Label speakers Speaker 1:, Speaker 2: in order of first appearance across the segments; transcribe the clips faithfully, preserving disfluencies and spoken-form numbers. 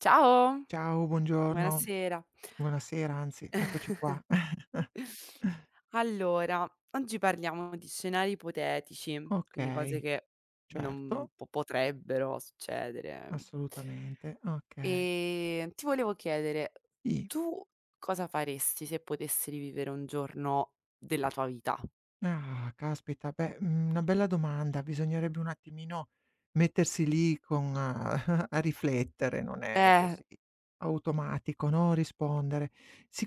Speaker 1: Ciao,
Speaker 2: Ciao, buongiorno,
Speaker 1: buonasera.
Speaker 2: buonasera anzi, eccoci qua.
Speaker 1: Allora, oggi parliamo di scenari ipotetici, quindi cose
Speaker 2: Okay,
Speaker 1: che non
Speaker 2: certo,
Speaker 1: po potrebbero succedere.
Speaker 2: assolutamente, okay.
Speaker 1: Ehm, ti volevo chiedere,
Speaker 2: Sì.
Speaker 1: tu cosa faresti se potessi rivivere un giorno della tua vita?
Speaker 2: Ah, caspita, beh, mhmm, una bella domanda. Bisognerebbe un attimino mettersi lì con a a riflettere, non è
Speaker 1: Eh,
Speaker 2: così automatico, no, rispondere.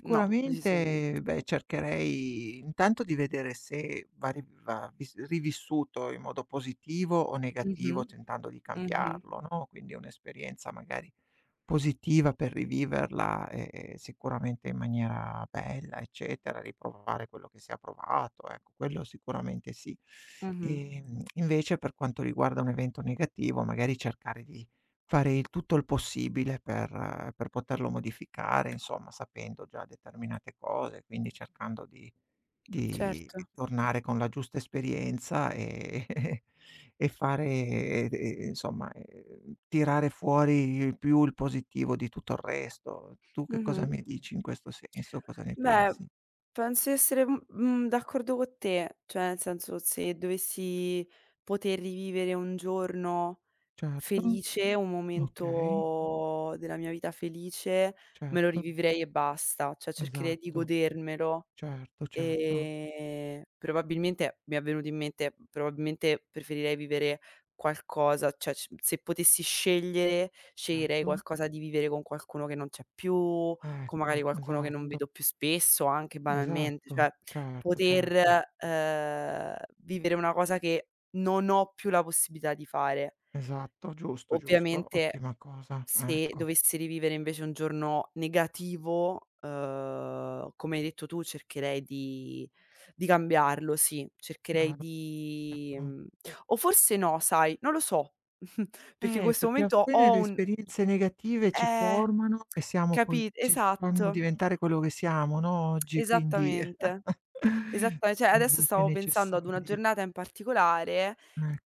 Speaker 1: no, decisamente.
Speaker 2: beh, cercherei intanto di vedere se va ri va vis rivissuto in modo positivo o negativo,
Speaker 1: Mh-mh,
Speaker 2: tentando di
Speaker 1: mh-mh,
Speaker 2: cambiarlo, no, quindi un'esperienza magari positiva per riviverla, ehm, ehm, sicuramente in maniera bella, eccetera, riprovare quello che si ha provato, ecco, quello sicuramente sì.
Speaker 1: mh-mh,
Speaker 2: Ehm, invece per quanto riguarda un evento negativo, magari cercare di fare il tutto il possibile per eh, per poterlo modificare, insomma, sapendo già determinate cose, quindi cercando di di
Speaker 1: certo,
Speaker 2: tornare con la giusta esperienza, ehm, e fare e e insomma, ehm, tirare fuori più il positivo di tutto il resto. Tu che
Speaker 1: mh-mh.
Speaker 2: cosa mi dici in questo senso? Cosa ne
Speaker 1: Beh,
Speaker 2: pensi?
Speaker 1: penso di essere, mhmm, mhmm, d'accordo co' te, cioè nel senso se dovessi poter rivivere un giorno
Speaker 2: Certo,
Speaker 1: felice, un
Speaker 2: okay,
Speaker 1: momento della mia vita felice, me lo
Speaker 2: certo,
Speaker 1: rivivrei e basta, cioè cercherei di
Speaker 2: esatto,
Speaker 1: godermelo.
Speaker 2: certo, certo,
Speaker 1: Ehm, probabilmente mi è venuto in mente, probabilmente preferirei vivere qualcosa cioè c se potessi scegliere, sceglierei
Speaker 2: certo,
Speaker 1: qualcosa di vivere con qualcuno che non c'è più, con magari
Speaker 2: ecco,
Speaker 1: qualcuno che non
Speaker 2: esatto,
Speaker 1: vedo più spesso, anche banalmente, cioè
Speaker 2: esatto, certo, certo,
Speaker 1: poter, ehm, vivere una cosa che non ho più la possibilità di fare.
Speaker 2: esatto, giusto, giusto,
Speaker 1: Ovviamente
Speaker 2: ottima cosa,
Speaker 1: se
Speaker 2: ecco,
Speaker 1: dovessi rivivere invece un giorno negativo, uhm, come hai detto tu cercherei di di cambiarlo, sì. Cercherei
Speaker 2: chiaro,
Speaker 1: di
Speaker 2: chiaro.
Speaker 1: mhmm, o forse no sai, non lo so, perché in
Speaker 2: Eh,
Speaker 1: questo
Speaker 2: perché alla
Speaker 1: momento
Speaker 2: fine
Speaker 1: ho
Speaker 2: le
Speaker 1: un
Speaker 2: esperienze negative ci
Speaker 1: eh,
Speaker 2: formano e siamo poi
Speaker 1: capi
Speaker 2: ci fanno
Speaker 1: esatto.
Speaker 2: diventare quello che siamo, no, oggi, quindi
Speaker 1: Esattamente. Esatta cioè
Speaker 2: sono a
Speaker 1: adesso
Speaker 2: volte
Speaker 1: stavo pensando ad una
Speaker 2: necessarie.
Speaker 1: giornata in particolare,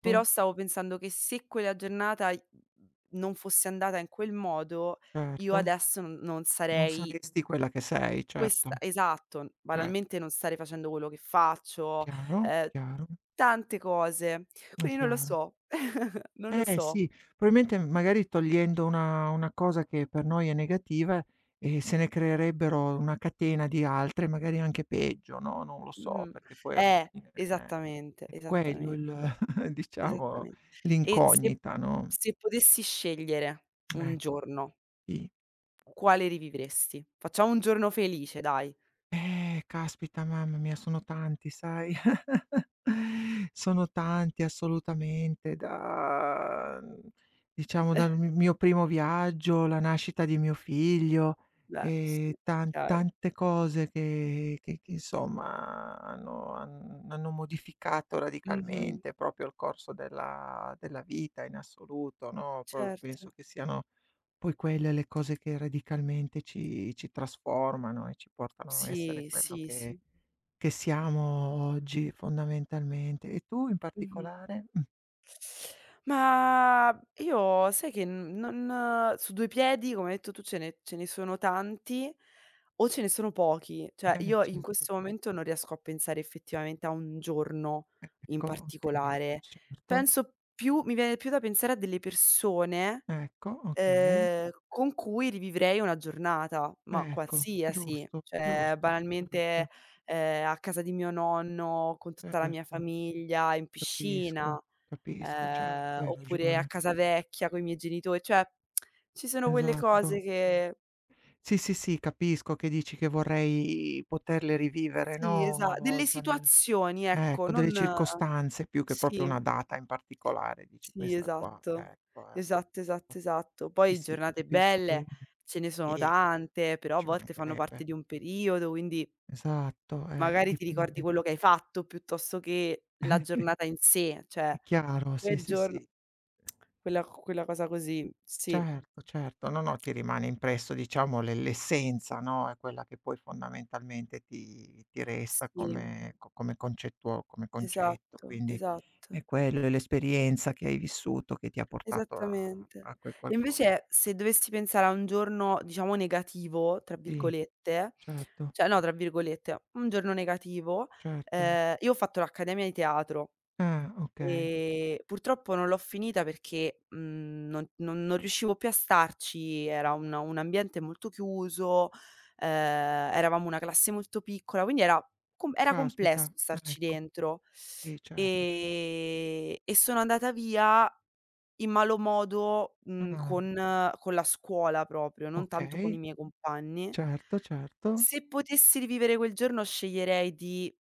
Speaker 1: però stavo pensando che se quella giornata i non fosse andata in quel modo, io
Speaker 2: certo.
Speaker 1: adesso non non
Speaker 2: Non
Speaker 1: sarei
Speaker 2: saresti quella che sei, certo,
Speaker 1: questa esatto,
Speaker 2: certo.
Speaker 1: banalmente non starei facendo quello che faccio,
Speaker 2: Chiaro,
Speaker 1: ehm,
Speaker 2: chiaro,
Speaker 1: tante cose.
Speaker 2: è
Speaker 1: Quindi non lo
Speaker 2: chiaro.
Speaker 1: so, non lo
Speaker 2: Eh
Speaker 1: so.
Speaker 2: sì, probabilmente magari togliendo una una cosa che per noi è negativa, e se ne creerebbero una catena di altre, magari anche peggio, no, non lo so,
Speaker 1: Mh-mh.
Speaker 2: perché poi alla
Speaker 1: Eh,
Speaker 2: fine
Speaker 1: esattamente,
Speaker 2: è quello
Speaker 1: esattamente.
Speaker 2: il diciamo
Speaker 1: Esattamen E se
Speaker 2: l'incognita, no,
Speaker 1: se potessi scegliere un
Speaker 2: ecco,
Speaker 1: giorno,
Speaker 2: sì.
Speaker 1: quale rivivresti? Facciamo un giorno felice dai.
Speaker 2: Eh, caspita, mamma mia, sono tanti, sai? Sono tanti assolutamente, da, mhmm, diciamo, dal mi mio primo viaggio, la nascita di mio figlio,
Speaker 1: Beh,
Speaker 2: ehm,
Speaker 1: sì,
Speaker 2: tan
Speaker 1: chiaro.
Speaker 2: tante cose che che che insomma hanno han hanno modificato
Speaker 1: Mh-mh,
Speaker 2: radicalmente proprio il corso della della vita in assoluto, no, pro penso
Speaker 1: certo.
Speaker 2: che siano poi quelle le cose che radicalmente ci ci trasformano e ci portano a essere
Speaker 1: Sì,
Speaker 2: quello
Speaker 1: sì,
Speaker 2: che
Speaker 1: sì.
Speaker 2: che siamo oggi fondamentalmente. E tu in
Speaker 1: Mh-mh.
Speaker 2: particolare? Mh,
Speaker 1: Ma io sai che n non su due piedi, come hai detto tu, ce ne ce ne sono tanti o ce ne sono pochi. Cioè,
Speaker 2: eh,
Speaker 1: io in
Speaker 2: certo,
Speaker 1: questo momento non riesco a pensare effettivamente a un giorno in
Speaker 2: ecco, okay,
Speaker 1: particolare.
Speaker 2: certo,
Speaker 1: Penso più mi viene più da pensare a delle persone,
Speaker 2: ecco, okay,
Speaker 1: ehm, con cui rivivrei una giornata, ma
Speaker 2: ecco,
Speaker 1: qualsiasi.
Speaker 2: giusto,
Speaker 1: Cioè,
Speaker 2: giusto,
Speaker 1: banalmente,
Speaker 2: certo,
Speaker 1: ehm, a casa di mio nonno, con tutta la mia
Speaker 2: certo,
Speaker 1: famiglia, in
Speaker 2: capisco,
Speaker 1: piscina
Speaker 2: capisco, certo,
Speaker 1: ehm,
Speaker 2: hai
Speaker 1: oppure a
Speaker 2: ragione.
Speaker 1: casa vecchia coi miei genitori, cioè ci sono quelle
Speaker 2: Esatto.
Speaker 1: cose che
Speaker 2: Sì, sì, sì, capisco che dici che vorrei poterle rivivere,
Speaker 1: sì,
Speaker 2: no,
Speaker 1: esa
Speaker 2: una
Speaker 1: delle
Speaker 2: volta nel
Speaker 1: situazioni ecco,
Speaker 2: Ecco, delle
Speaker 1: non
Speaker 2: circostanze più che proprio
Speaker 1: sì,
Speaker 2: una data in particolare, dici:
Speaker 1: sì,
Speaker 2: "Questa qua,
Speaker 1: esatto.
Speaker 2: ecco, ecco".
Speaker 1: Esatto, esatto, esatto.
Speaker 2: Sì,
Speaker 1: Poi
Speaker 2: sì, ti
Speaker 1: giornate
Speaker 2: capisco bene.
Speaker 1: belle ce ne sono
Speaker 2: Sì,
Speaker 1: tante, però a
Speaker 2: ci
Speaker 1: volte fanno parte
Speaker 2: mancherebbe.
Speaker 1: di un periodo, quindi
Speaker 2: Esatto, eh,
Speaker 1: magari ti ricordi
Speaker 2: dipende.
Speaker 1: quello che hai fatto piuttosto che la giornata in sé,
Speaker 2: È
Speaker 1: cioè
Speaker 2: chiaro, sì,
Speaker 1: quel
Speaker 2: sì,
Speaker 1: giorno
Speaker 2: sì.
Speaker 1: quella quella cosa così, sì,
Speaker 2: Certo, certo. No, no, ti rimane impresso diciamo l'e l'essenza, no, è quella che poi fondamentalmente ti ti resta
Speaker 1: sì,
Speaker 2: come co come concettuo come concetto,
Speaker 1: esatto,
Speaker 2: quindi
Speaker 1: esatto.
Speaker 2: è quello, è l'esperienza che hai vissuto che ti ha portato a
Speaker 1: Esattamente.
Speaker 2: a quel
Speaker 1: E
Speaker 2: qualcosa.
Speaker 1: invece se dovessi pensare a un giorno, diciamo "negativo" tra
Speaker 2: Sì.
Speaker 1: virgolette,
Speaker 2: Certo,
Speaker 1: cioè no tra virgolette, un giorno negativo,
Speaker 2: certo.
Speaker 1: ehm, io ho fatto l'accademia di teatro
Speaker 2: Ah, okay.
Speaker 1: e purtroppo non l'ho finita perché, mhmm, non non non riuscivo più a starci, era un un ambiente molto chiuso, ehm, eravamo una classe molto piccola, quindi era com era
Speaker 2: Caspita,
Speaker 1: complesso starci
Speaker 2: ecco.
Speaker 1: dentro.
Speaker 2: Sì, certo, cer
Speaker 1: Ehm, e sono andata via in malo modo, mhmm,
Speaker 2: ah,
Speaker 1: con con la scuola proprio, non tanto con i
Speaker 2: okay.
Speaker 1: miei compagni.
Speaker 2: Certo, certo.
Speaker 1: Se potessi rivivere quel giorno sceglierei di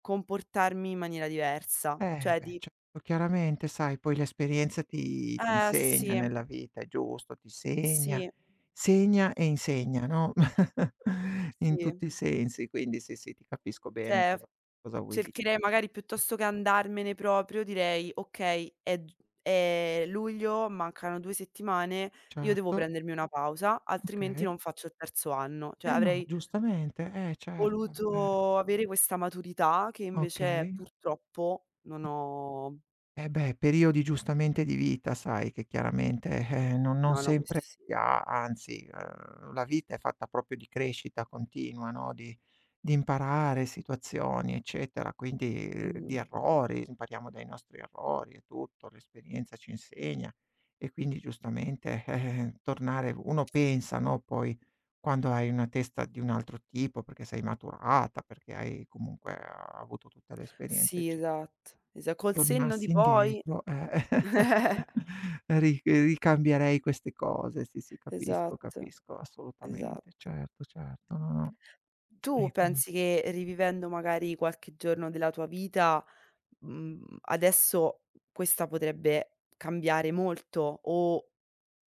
Speaker 1: comportarmi in maniera diversa,
Speaker 2: Eh,
Speaker 1: cioè
Speaker 2: beh,
Speaker 1: di
Speaker 2: certo, chiaramente sai poi l'esperienza ti ti
Speaker 1: eh
Speaker 2: insegna
Speaker 1: sì,
Speaker 2: nella vita, è giusto, ti segna
Speaker 1: sì,
Speaker 2: segna e insegna, no, in
Speaker 1: sì,
Speaker 2: tutti i sensi, quindi sì, sì, ti capisco bene
Speaker 1: cioè
Speaker 2: cosa cosa vuoi di
Speaker 1: cercherei magari piuttosto che andarmene proprio direi: "Okay, è g è luglio, mancano due settimane, io devo
Speaker 2: Certo,
Speaker 1: prendermi una pausa, altrimenti
Speaker 2: okay.
Speaker 1: non faccio il terzo anno." Cioè
Speaker 2: Eh no,
Speaker 1: avrei
Speaker 2: giustamente, eh certo, eh,
Speaker 1: voluto avere questa maturità che invece
Speaker 2: okay.
Speaker 1: purtroppo non ho
Speaker 2: Eh beh, periodi giustamente di vita sai che chiaramente, eh, non non
Speaker 1: no, no, questo
Speaker 2: sempre
Speaker 1: sì.
Speaker 2: si ha, anzi, uhm, la vita è fatta proprio di crescita continua, no, di di imparare situazioni, eccetera, quindi, uhm, di
Speaker 1: Mh-mh.
Speaker 2: errori, impariamo dai nostri errori e tutto, l'esperienza ci insegna e quindi giustamente, eh, tornare uno pensa, no, poi quando hai una testa di un altro tipo, perché sei maturata, perché hai comunque eh, avuto tutte le esperienze,
Speaker 1: Sì,
Speaker 2: ecce
Speaker 1: esatto, esa col senno di
Speaker 2: Tornassi
Speaker 1: poi
Speaker 2: indietro, eh, ri ricambierei queste cose. Sì, sì, capisco,
Speaker 1: esatto,
Speaker 2: capisco, assolutamente.
Speaker 1: esatto.
Speaker 2: Certo, certo, no, no.
Speaker 1: Tu
Speaker 2: E quindi
Speaker 1: pensi che rivivendo magari qualche giorno della tua vita, mhmm, adesso questa potrebbe cambiare molto o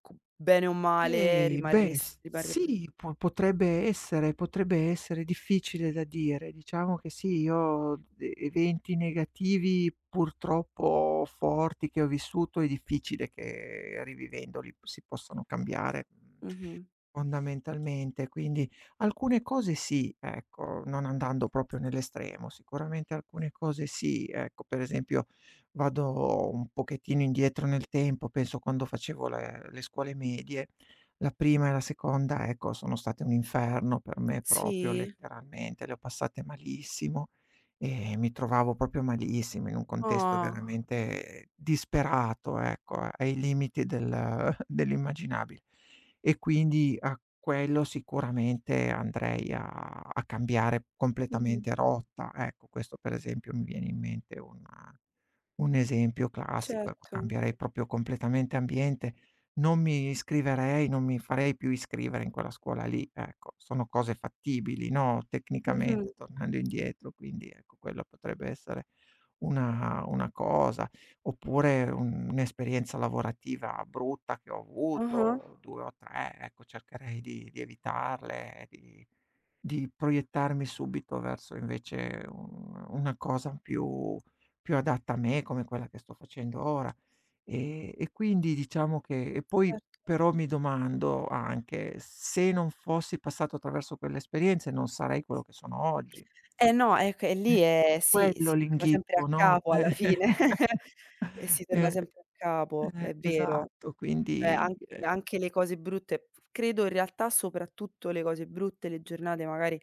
Speaker 1: co bene o male
Speaker 2: ehi, beh,
Speaker 1: rimarresti
Speaker 2: s
Speaker 1: rimarrebbe
Speaker 2: sì, po potrebbe essere potrebbe essere difficile da dire. Diciamo che sì, io e eventi negativi purtroppo forti che ho vissuto è difficile che rivivendoli si possano cambiare. mm,
Speaker 1: mh-mh.
Speaker 2: Fondamentalmente, quindi alcune cose sì, ecco, non andando proprio nell'estremo, sicuramente alcune cose sì, ecco, per esempio vado un pochettino indietro nel tempo, penso quando facevo le le scuole medie, la prima e la seconda, ecco, sono state un inferno per me proprio
Speaker 1: Sì?
Speaker 2: letteralmente, le ho passate malissimo e mi trovavo proprio malissimo in un contesto
Speaker 1: Ah.
Speaker 2: veramente disperato, ecco, ai limiti del dell'immaginabile. E quindi a quello sicuramente andrei a a cambiare
Speaker 1: Mh-mh.
Speaker 2: completamente rotta. Ecco, questo per esempio mi viene in mente un un esempio classico, ecco,
Speaker 1: Certo.
Speaker 2: cambierei proprio completamente ambiente, non mi iscriverei, non mi farei più iscrivere in quella scuola lì, ecco. Sono cose fattibili, no,
Speaker 1: Mh-mh.
Speaker 2: tecnicamente tornando indietro, quindi ecco, quella potrebbe essere una una cosa. Oppure un un'esperienza lavorativa brutta che ho
Speaker 1: Ah-ah,
Speaker 2: avuto, due o tre. Ecco, cercherei di di evitarle, di di proiettarmi subito verso invece un una cosa più più adatta a me, come quella che sto facendo ora. E e quindi diciamo che e poi
Speaker 1: certo.
Speaker 2: però mi domando anche: se non fossi passato attraverso quelle esperienze non sarei quello che sono oggi.
Speaker 1: Eh no, ecco e
Speaker 2: Eh, è
Speaker 1: lì è sì,
Speaker 2: quello
Speaker 1: si torna sempre a
Speaker 2: l'inghippo, no?
Speaker 1: capo alla fine
Speaker 2: Eh.
Speaker 1: e si torna
Speaker 2: Eh.
Speaker 1: sempre a capo, è
Speaker 2: Eh,
Speaker 1: vero.
Speaker 2: esatto,
Speaker 1: Cioè
Speaker 2: quindi,
Speaker 1: anche
Speaker 2: ehm,
Speaker 1: anche le cose brutte, credo in realtà soprattutto le cose brutte, le giornate magari,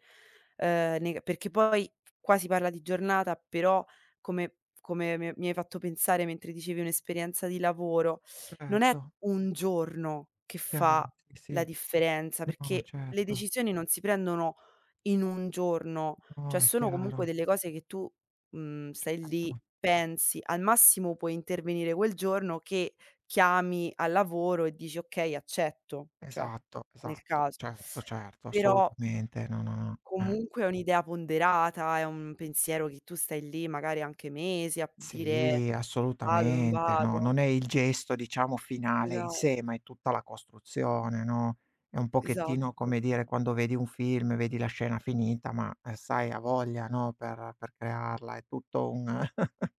Speaker 1: ehm, nega perché poi qua si parla di giornata, però come come mi mi hai fatto pensare mentre dicevi un'esperienza di lavoro, non è
Speaker 2: certo,
Speaker 1: un giorno che
Speaker 2: chiaro,
Speaker 1: fa
Speaker 2: sì,
Speaker 1: la
Speaker 2: sì.
Speaker 1: differenza,
Speaker 2: No,
Speaker 1: perché le
Speaker 2: certo.
Speaker 1: decisioni non si prendono in un giorno, cioè
Speaker 2: No, è
Speaker 1: sono comunque
Speaker 2: chiaro,
Speaker 1: delle cose che tu, mhmm, stai
Speaker 2: certo.
Speaker 1: lì, pensi, al massimo puoi intervenire quel giorno che chiami al lavoro e dici: "Okay, accetto", cioè
Speaker 2: Esatto,
Speaker 1: nel
Speaker 2: esatto,
Speaker 1: caso.
Speaker 2: certo, certo,
Speaker 1: Però
Speaker 2: assolutamente. No, no, no, eh.
Speaker 1: comunque è un'idea ponderata, è un pensiero che tu stai lì magari anche mesi a dire:
Speaker 2: Sì,
Speaker 1: "Vado, non
Speaker 2: assolutamente, no,
Speaker 1: vado".
Speaker 2: non è il gesto diciamo finale
Speaker 1: Esa
Speaker 2: in sé, ma è tutta la costruzione, no, è un pochettino
Speaker 1: esatto.
Speaker 2: come dire quando vedi un film, vedi la scena finita, ma, ehm, sai ha voglia, no, per per crearla, è tutto un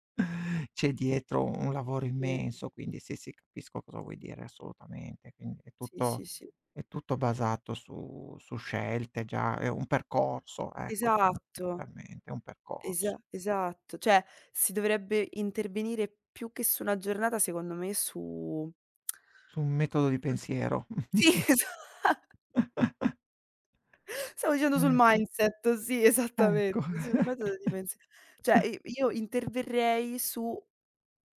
Speaker 2: c'è dietro un lavoro
Speaker 1: Sì,
Speaker 2: immenso, quindi sì, sì, capisco cosa vuoi dire assolutamente. Quindi è
Speaker 1: sì,
Speaker 2: tutto
Speaker 1: sì, sì.
Speaker 2: è tutto basato su su scelte, già è un percorso, ecco,
Speaker 1: Esatto,
Speaker 2: fondamentalmente, è un
Speaker 1: esa
Speaker 2: percorso.
Speaker 1: esatto. Cioè si dovrebbe intervenire più che su una giornata secondo me su
Speaker 2: Su un metodo di pensiero.
Speaker 1: sì, esa stavo dicendo sul
Speaker 2: Ecco,
Speaker 1: mindset, sì,
Speaker 2: ecco.
Speaker 1: esattamente, sul metodo di pensa cioè, i io interverrei su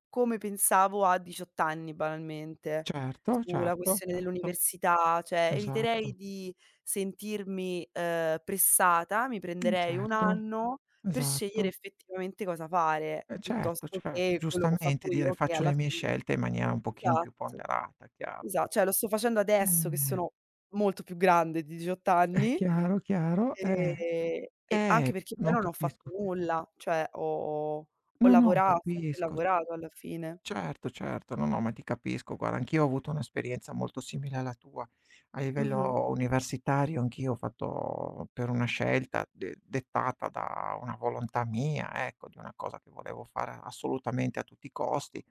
Speaker 1: come pensavo a diciotto anni banalmente,
Speaker 2: Certo,
Speaker 1: sulla
Speaker 2: certo,
Speaker 1: questione
Speaker 2: certo,
Speaker 1: dell'università, cioè
Speaker 2: esatto.
Speaker 1: eviterei di sentirmi, ehm, pressata, mi
Speaker 2: Mh,
Speaker 1: prenderei un
Speaker 2: certo,
Speaker 1: anno per scegliere
Speaker 2: esatto.
Speaker 1: effettivamente cosa fare,
Speaker 2: Eh, certo,
Speaker 1: piuttosto
Speaker 2: certo,
Speaker 1: che quello che ho
Speaker 2: giustamente
Speaker 1: fatto
Speaker 2: dire:
Speaker 1: io che
Speaker 2: "Faccio
Speaker 1: alla
Speaker 2: le mie
Speaker 1: fine
Speaker 2: scelte in maniera un pochino più
Speaker 1: esatto,
Speaker 2: ponderata", chiaro.
Speaker 1: esa cioè lo sto facendo adesso che
Speaker 2: Eh,
Speaker 1: sono molto più grande di diciotto
Speaker 2: è
Speaker 1: anni.
Speaker 2: chiaro, chiaro. Eh,
Speaker 1: Ehm, e anche
Speaker 2: eh,
Speaker 1: perché poi
Speaker 2: no,
Speaker 1: non ho fatto
Speaker 2: capisco che
Speaker 1: nulla, cioè ho ho
Speaker 2: no, no,
Speaker 1: lavora ho sempre
Speaker 2: capisco.
Speaker 1: lavorato alla fine.
Speaker 2: Certo, certo, no, no, ma ti capisco. Guarda, anch'io ho avuto un'esperienza molto simile alla tua. A
Speaker 1: Mh-mh,
Speaker 2: livello universitario anch'io ho fatto per una scelta de dettata da una volontà mia, ecco, di una cosa che volevo fare assolutamente a tutti i costi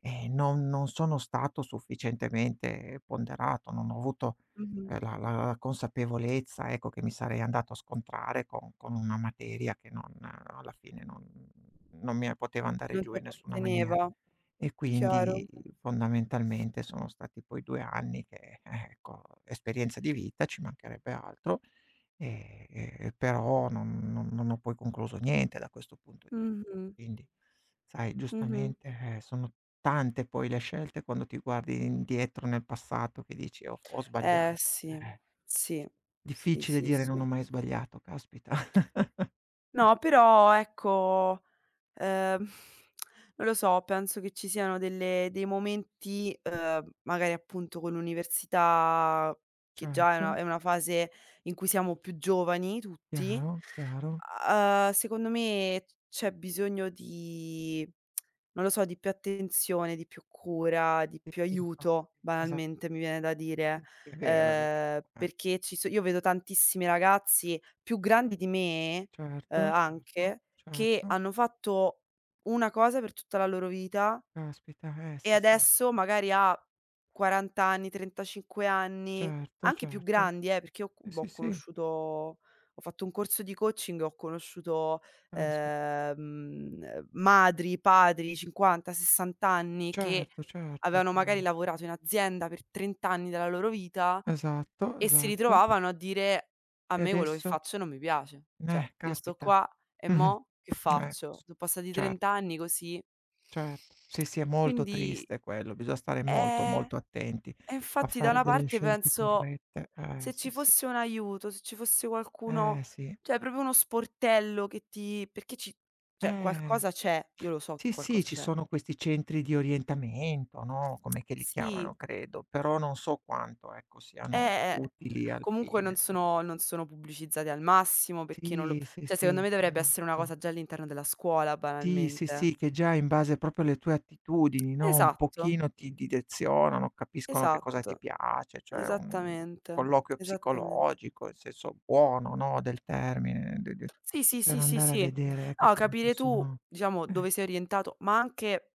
Speaker 2: e non non sono stato sufficientemente ponderato, non ho avuto,
Speaker 1: mh-mh.
Speaker 2: ehm, la la la consapevolezza, ecco, che mi sarei andato a scontrare con con una materia che non eh, alla fine non non mi poteva andare
Speaker 1: Non
Speaker 2: giù
Speaker 1: ti
Speaker 2: in nessuna maniera.
Speaker 1: apparteneva,
Speaker 2: E
Speaker 1: chiaro.
Speaker 2: quindi fondamentalmente sono stati poi due anni che, eh, ecco, esperienza di vita, ci mancherebbe altro, ehm, ehm, però non non non ho poi concluso niente da questo punto di vista.
Speaker 1: Mh-mh,
Speaker 2: Quindi sai
Speaker 1: mh-mh.
Speaker 2: giustamente, eh, sono tante poi le scelte quando ti guardi indietro nel passato che dici: "Ho f ho
Speaker 1: Eh
Speaker 2: sbagliato".
Speaker 1: sì,
Speaker 2: Eh,
Speaker 1: sì, sì,
Speaker 2: difficile
Speaker 1: sì,
Speaker 2: dire: "Non
Speaker 1: sì.
Speaker 2: ho mai sbagliato", caspita.
Speaker 1: No, però ecco Ehm, non lo so, penso che ci siano delle dei momenti, ehm, magari appunto con l'università, che già è una
Speaker 2: Certo,
Speaker 1: è una fase in cui siamo più giovani tutti,
Speaker 2: chiaro, chiaro.
Speaker 1: uhm, secondo me c'è bisogno di non lo so, di più attenzione, di più cura, di
Speaker 2: Sì,
Speaker 1: più
Speaker 2: infatti,
Speaker 1: aiuto,
Speaker 2: esatto,
Speaker 1: banalmente mi viene da dire,
Speaker 2: è vero, è vero,
Speaker 1: ehm,
Speaker 2: eh.
Speaker 1: perché ci so io vedo tantissimi ragazzi più grandi di me,
Speaker 2: Certo,
Speaker 1: ehm,
Speaker 2: certo,
Speaker 1: anche, che
Speaker 2: certo.
Speaker 1: hanno fatto una cosa per tutta la loro vita
Speaker 2: Caspita, eh
Speaker 1: e
Speaker 2: sì, sì.
Speaker 1: adesso magari a quaranta anni, trentacinque anni,
Speaker 2: Certo,
Speaker 1: anche più
Speaker 2: certo.
Speaker 1: grandi eh, perché io,
Speaker 2: Sì,
Speaker 1: boh,
Speaker 2: sì,
Speaker 1: ho
Speaker 2: sì,
Speaker 1: conosciuto ho fatto un corso di coaching e ho conosciuto,
Speaker 2: caspita.
Speaker 1: ehm, madri, padri, cinquanta, sessanta anni che
Speaker 2: Certo, certo,
Speaker 1: avevano magari
Speaker 2: chiaro.
Speaker 1: lavorato in azienda per trenta anni della loro vita
Speaker 2: Esatto,
Speaker 1: e si
Speaker 2: esatto.
Speaker 1: ritrovavano a dire: "A
Speaker 2: E
Speaker 1: me quello che
Speaker 2: adesso?
Speaker 1: faccio non mi piace. Cioè,
Speaker 2: Eh,
Speaker 1: io sto
Speaker 2: caspita.
Speaker 1: qua e mo' che
Speaker 2: Eh,
Speaker 1: faccio?
Speaker 2: s
Speaker 1: So' passati trenta
Speaker 2: certo,
Speaker 1: anni così".
Speaker 2: certo. Sì, sì, è molto
Speaker 1: Quindi
Speaker 2: triste quello, bisogna stare molto,
Speaker 1: eh,
Speaker 2: molto attenti
Speaker 1: e
Speaker 2: a
Speaker 1: infatti da
Speaker 2: fare
Speaker 1: una
Speaker 2: delle
Speaker 1: parte
Speaker 2: scelte
Speaker 1: penso:
Speaker 2: corrette. Eh,
Speaker 1: se
Speaker 2: sì,
Speaker 1: ci
Speaker 2: sì.
Speaker 1: fosse un aiuto, se ci fosse
Speaker 2: Eh,
Speaker 1: qualcuno
Speaker 2: sì.
Speaker 1: cioè proprio uno sportello che ti perché ci cioè
Speaker 2: Eh.
Speaker 1: qualcosa c'è, io lo so che
Speaker 2: Sì, sì,
Speaker 1: qualcosa
Speaker 2: ci
Speaker 1: c'è.
Speaker 2: sono questi centri di orientamento, no, com'è che li
Speaker 1: Sì.
Speaker 2: chiamano credo, però non so quanto, ecco, siano
Speaker 1: Eh, eh, n
Speaker 2: utili al
Speaker 1: comunque non
Speaker 2: fine.
Speaker 1: sono non sono pubblicizzati al massimo perché non lo
Speaker 2: Sì, sì,
Speaker 1: cioè secondo
Speaker 2: sì,
Speaker 1: me dovrebbe essere una
Speaker 2: esatto.
Speaker 1: cosa già all'interno della scuola
Speaker 2: Sì, sì,
Speaker 1: banalmente.
Speaker 2: sì, che già in base proprio alle tue attitudini, no, un
Speaker 1: Esatto,
Speaker 2: pochino ti direzionano, capiscono che cosa ti
Speaker 1: esatto,
Speaker 2: piace, cioè un
Speaker 1: esattamente,
Speaker 2: colloquio
Speaker 1: esattamen
Speaker 2: psicologico, in senso buono, no, del termine, de de
Speaker 1: sì, sì,
Speaker 2: per
Speaker 1: sì, sì,
Speaker 2: andare a
Speaker 1: sì.
Speaker 2: vedere, ecco,
Speaker 1: No,
Speaker 2: quelle che
Speaker 1: capire tu,
Speaker 2: sono
Speaker 1: diciamo,
Speaker 2: eh,
Speaker 1: dove sei orientato, ma anche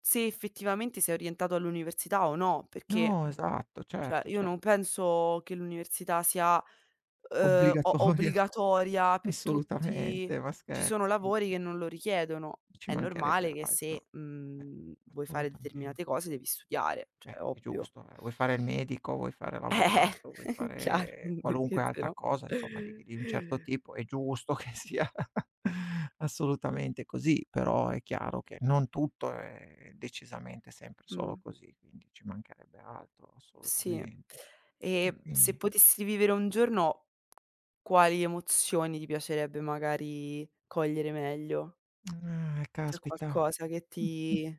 Speaker 1: se effettivamente sei orientato all'università o no, perché
Speaker 2: no, esatto,
Speaker 1: cioè,
Speaker 2: certo,
Speaker 1: io
Speaker 2: cer
Speaker 1: non penso che l'università sia, uhm, o
Speaker 2: obbligatoria.
Speaker 1: obbligatoria per tutti.
Speaker 2: Assolutamente, ma
Speaker 1: Ci sono
Speaker 2: scherzi? Mhmm,
Speaker 1: lavori che non lo richiedono.
Speaker 2: ci
Speaker 1: È normale
Speaker 2: mancherebbe
Speaker 1: che se,
Speaker 2: altro. Eh,
Speaker 1: mhmm, vuoi fare
Speaker 2: assolutamen
Speaker 1: determinate cose devi studiare, cioè
Speaker 2: beh, è
Speaker 1: ovvio.
Speaker 2: giusto, eh. Vuoi fare il medico, vuoi fare
Speaker 1: Eh,
Speaker 2: l'avvocato, vuoi
Speaker 1: chiaro,
Speaker 2: fare qualunque
Speaker 1: perché se
Speaker 2: altra
Speaker 1: no
Speaker 2: cosa, insomma, di di un certo tipo, è giusto che sia assolutamente così, però è chiaro che non tutto è decisamente sempre solo
Speaker 1: Mh,
Speaker 2: così, quindi ci mancherebbe altro,
Speaker 1: sì.
Speaker 2: assolutamente. E
Speaker 1: E se
Speaker 2: quindi
Speaker 1: potessi vivere un giorno, quali emozioni ti piacerebbe magari cogliere meglio?
Speaker 2: eh,
Speaker 1: C'è
Speaker 2: caspita.
Speaker 1: qualcosa che ti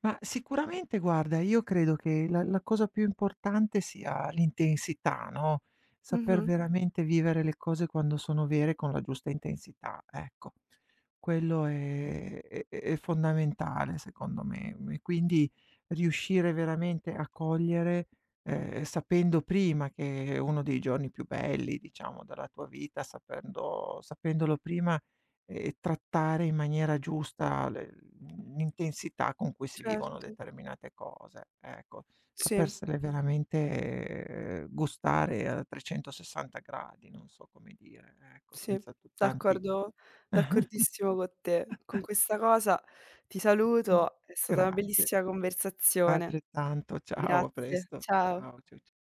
Speaker 2: Ma sicuramente guarda, io credo che la la cosa più importante sia l'intensità, no, saper
Speaker 1: mh-mh.
Speaker 2: veramente vivere le cose quando sono vere con la giusta intensità, ecco. Quello è è è fondamentale secondo me, mm, e quindi riuscire veramente a cogliere, ehm, sapendo prima che è uno dei giorni più belli diciamo della tua vita, sapendo sapendolo prima e trattare in maniera giusta le l'intensità con cui si vivono
Speaker 1: Certo,
Speaker 2: determinate cose, ecco.
Speaker 1: sì,
Speaker 2: Sapersele veramente eh, gustare a trecentosessanta gradi, non so come dire, ecco,
Speaker 1: sì,
Speaker 2: senza tu tanti.
Speaker 1: d'accordo d'accordissimo con te. Con questa cosa ti
Speaker 2: Mh.
Speaker 1: saluto, è stata una
Speaker 2: Grazie,
Speaker 1: bellissima conversazione.
Speaker 2: altrettanto. Ciao, a
Speaker 1: Grazie,
Speaker 2: presto.
Speaker 1: ciao.
Speaker 2: Ciao, ciao, c